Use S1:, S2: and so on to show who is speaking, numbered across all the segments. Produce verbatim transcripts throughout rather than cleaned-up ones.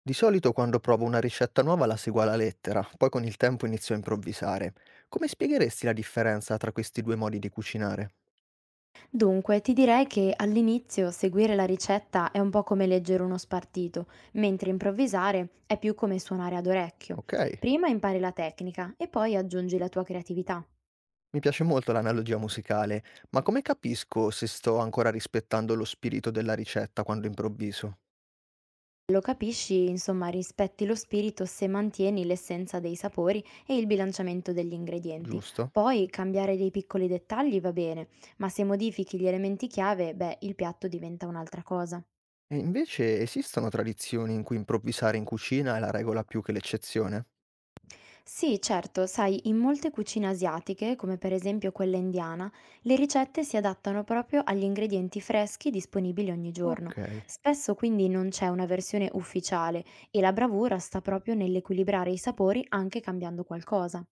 S1: Di solito quando provo una ricetta nuova la seguo alla lettera, poi con il tempo inizio a improvvisare. Come spiegheresti la differenza tra questi due modi di cucinare?
S2: Dunque, ti direi che all'inizio seguire la ricetta è un po' come leggere uno spartito, mentre improvvisare è più come suonare ad orecchio.
S1: Ok,
S2: Prima impari la tecnica e poi aggiungi la tua creatività.
S1: mi piace molto l'analogia musicale, ma come capisco se sto ancora rispettando lo spirito della ricetta quando improvviso?
S2: Lo capisci, insomma, rispetti lo spirito se mantieni l'essenza dei sapori e il bilanciamento degli ingredienti.
S1: Giusto?
S2: Poi cambiare dei piccoli dettagli va bene, ma se modifichi gli elementi chiave, beh, il piatto diventa un'altra cosa.
S1: E invece esistono tradizioni in cui improvvisare in cucina è la regola più che l'eccezione?
S2: Sì, certo, sai, in molte cucine asiatiche, come per esempio quella indiana, le ricette si adattano proprio agli ingredienti freschi disponibili ogni giorno.
S1: Ok.
S2: Spesso quindi non c'è una versione ufficiale e la bravura sta proprio nell'equilibrare i sapori anche cambiando qualcosa.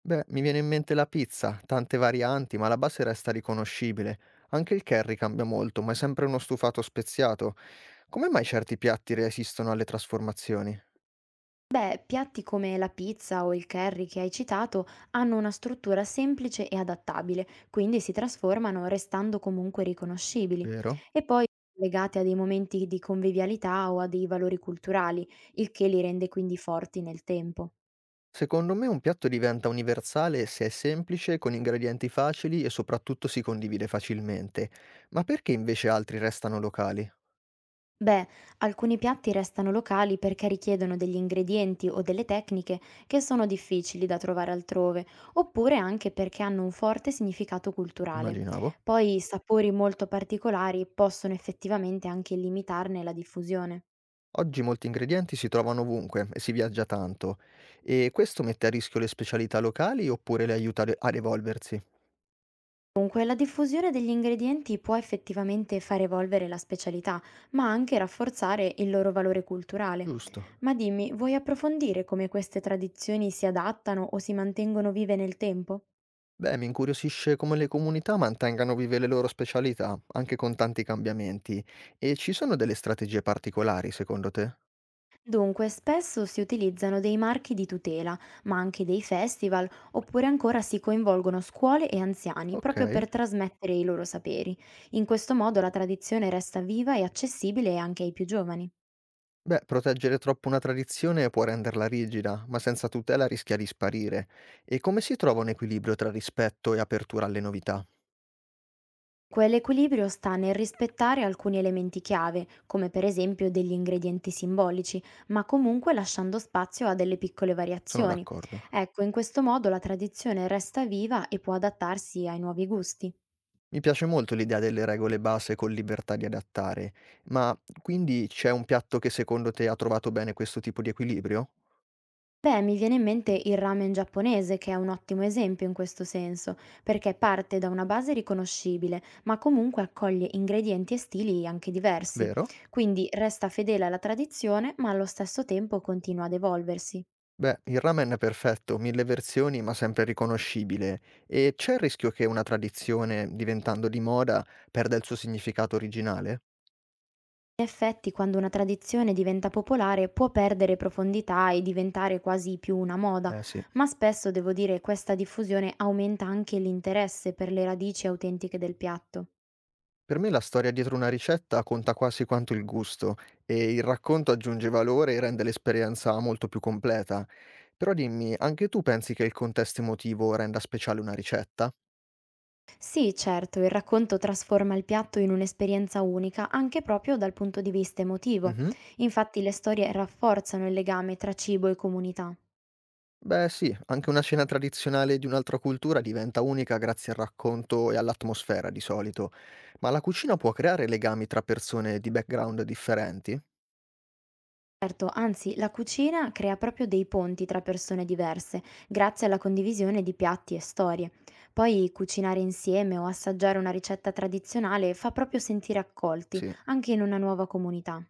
S1: Beh, mi viene in mente la pizza, tante varianti, ma la base resta riconoscibile. Anche il curry cambia molto, ma è sempre uno stufato speziato. Come mai certi piatti resistono alle trasformazioni?
S2: Beh, piatti come la pizza o il curry che hai citato hanno una struttura semplice e adattabile, quindi si trasformano restando comunque riconoscibili.
S1: Vero?
S2: E poi legati a dei momenti di convivialità o a dei valori culturali, il che li rende quindi forti nel tempo.
S1: Secondo me un piatto diventa universale se è semplice, con ingredienti facili e soprattutto si condivide facilmente. Ma perché invece altri restano locali?
S2: Beh, alcuni piatti restano locali perché richiedono degli ingredienti o delle tecniche che sono difficili da trovare altrove, oppure anche perché hanno un forte significato culturale.
S1: Immaginavo.
S2: Poi sapori molto particolari possono effettivamente anche limitarne la diffusione.
S1: Oggi molti ingredienti si trovano ovunque e si viaggia tanto. E questo mette a rischio le specialità locali oppure le aiuta ad ad evolversi?
S2: Comunque, la diffusione degli ingredienti può effettivamente far evolvere la specialità, ma anche rafforzare il loro valore culturale.
S1: Giusto.
S2: Ma dimmi, vuoi approfondire come queste tradizioni si adattano o si mantengono vive nel tempo?
S1: Beh, mi incuriosisce come le comunità mantengano vive le loro specialità, anche con tanti cambiamenti. E ci sono delle strategie particolari, secondo te?
S2: Dunque, spesso si utilizzano dei marchi di tutela, ma anche dei festival, oppure ancora si coinvolgono scuole e anziani proprio
S1: Ok.
S2: per trasmettere i loro saperi. In questo modo la tradizione resta viva e accessibile anche ai più giovani.
S1: Beh, proteggere troppo una tradizione può renderla rigida, ma senza tutela rischia di sparire. E come si trova un equilibrio tra rispetto e apertura alle novità?
S2: Quell'equilibrio sta nel rispettare alcuni elementi chiave, come per esempio degli ingredienti simbolici, ma comunque lasciando spazio a delle piccole
S1: Sono
S2: variazioni.
S1: d'accordo.
S2: Ecco, in questo modo la tradizione resta viva e può adattarsi ai nuovi gusti.
S1: Mi piace molto l'idea delle regole base con libertà di adattare, ma quindi c'è un piatto che secondo te ha trovato bene questo tipo di equilibrio?
S2: Beh, mi viene in mente il ramen giapponese, che è un ottimo esempio in questo senso, perché parte da una base riconoscibile, ma comunque accoglie ingredienti e stili anche diversi.
S1: Vero?
S2: Quindi resta fedele alla tradizione, ma allo stesso tempo continua ad evolversi. In
S1: Beh, il ramen è perfetto, mille versioni ma sempre riconoscibile. E c'è il rischio che una tradizione, diventando di moda, perda il suo significato originale?
S2: effetti, quando una tradizione diventa popolare, può perdere profondità e diventare quasi più una moda,
S1: Eh sì.
S2: ma spesso, devo dire, questa diffusione aumenta anche l'interesse per le radici autentiche del piatto.
S1: Per me la storia dietro una ricetta conta quasi quanto il gusto e il racconto aggiunge valore e rende l'esperienza molto più completa. Però dimmi, anche tu pensi che il contesto emotivo renda speciale una ricetta?
S2: Sì, certo, il racconto trasforma il piatto in un'esperienza unica, anche proprio dal punto di vista emotivo.
S1: Mhm.
S2: Infatti le storie rafforzano il legame tra cibo e comunità.
S1: Beh sì, anche una cena tradizionale di un'altra cultura diventa unica grazie al racconto e all'atmosfera di solito. Ma la cucina può creare legami tra persone di background differenti?
S2: Certo, anzi, la cucina crea proprio dei ponti tra persone diverse, grazie alla condivisione di piatti e storie. Poi cucinare insieme o assaggiare una ricetta tradizionale fa proprio sentire accolti,
S1: Sì.
S2: anche in una nuova comunità.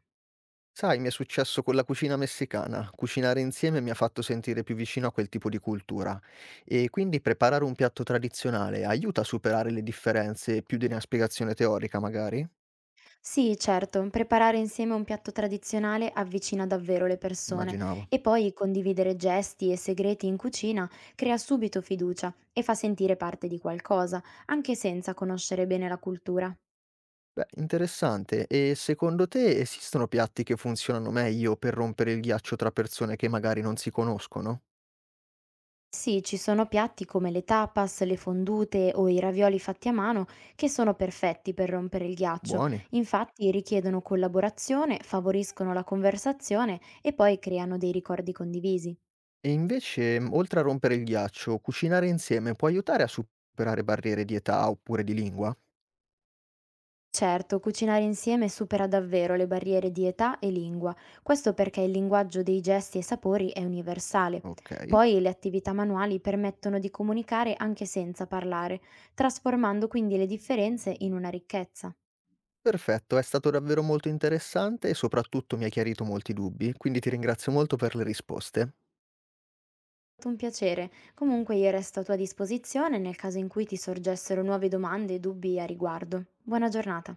S1: Sai, mi è successo con la cucina messicana. Cucinare insieme mi ha fatto sentire più vicino a quel tipo di cultura. E quindi preparare un piatto tradizionale aiuta a superare le differenze più di una spiegazione teorica, magari?
S2: Sì, certo, preparare insieme un piatto tradizionale avvicina davvero le persone
S1: Immaginavo.
S2: e poi condividere gesti e segreti in cucina crea subito fiducia e fa sentire parte di qualcosa, anche senza conoscere bene la cultura.
S1: Beh, interessante. E secondo te esistono piatti che funzionano meglio per rompere il ghiaccio tra persone che magari non si conoscono?
S2: Sì, ci sono piatti come le tapas, le fondute o i ravioli fatti a mano che sono perfetti per rompere il ghiaccio.
S1: Buoni.
S2: Infatti richiedono collaborazione, favoriscono la conversazione e poi creano dei ricordi condivisi.
S1: E invece, mh, oltre a rompere il ghiaccio, cucinare insieme può aiutare a superare barriere di età oppure di lingua?
S2: Certo, cucinare insieme supera davvero le barriere di età e lingua, questo perché il linguaggio dei gesti e sapori è universale.
S1: Ok.
S2: Poi le attività manuali permettono di comunicare anche senza parlare, trasformando quindi le differenze in una ricchezza. È
S1: Perfetto, è stato davvero molto interessante e soprattutto mi ha chiarito molti dubbi, quindi ti ringrazio molto per le risposte.
S2: stato un piacere, comunque io resto a tua disposizione nel caso in cui ti sorgessero nuove domande e dubbi a riguardo. Buona giornata.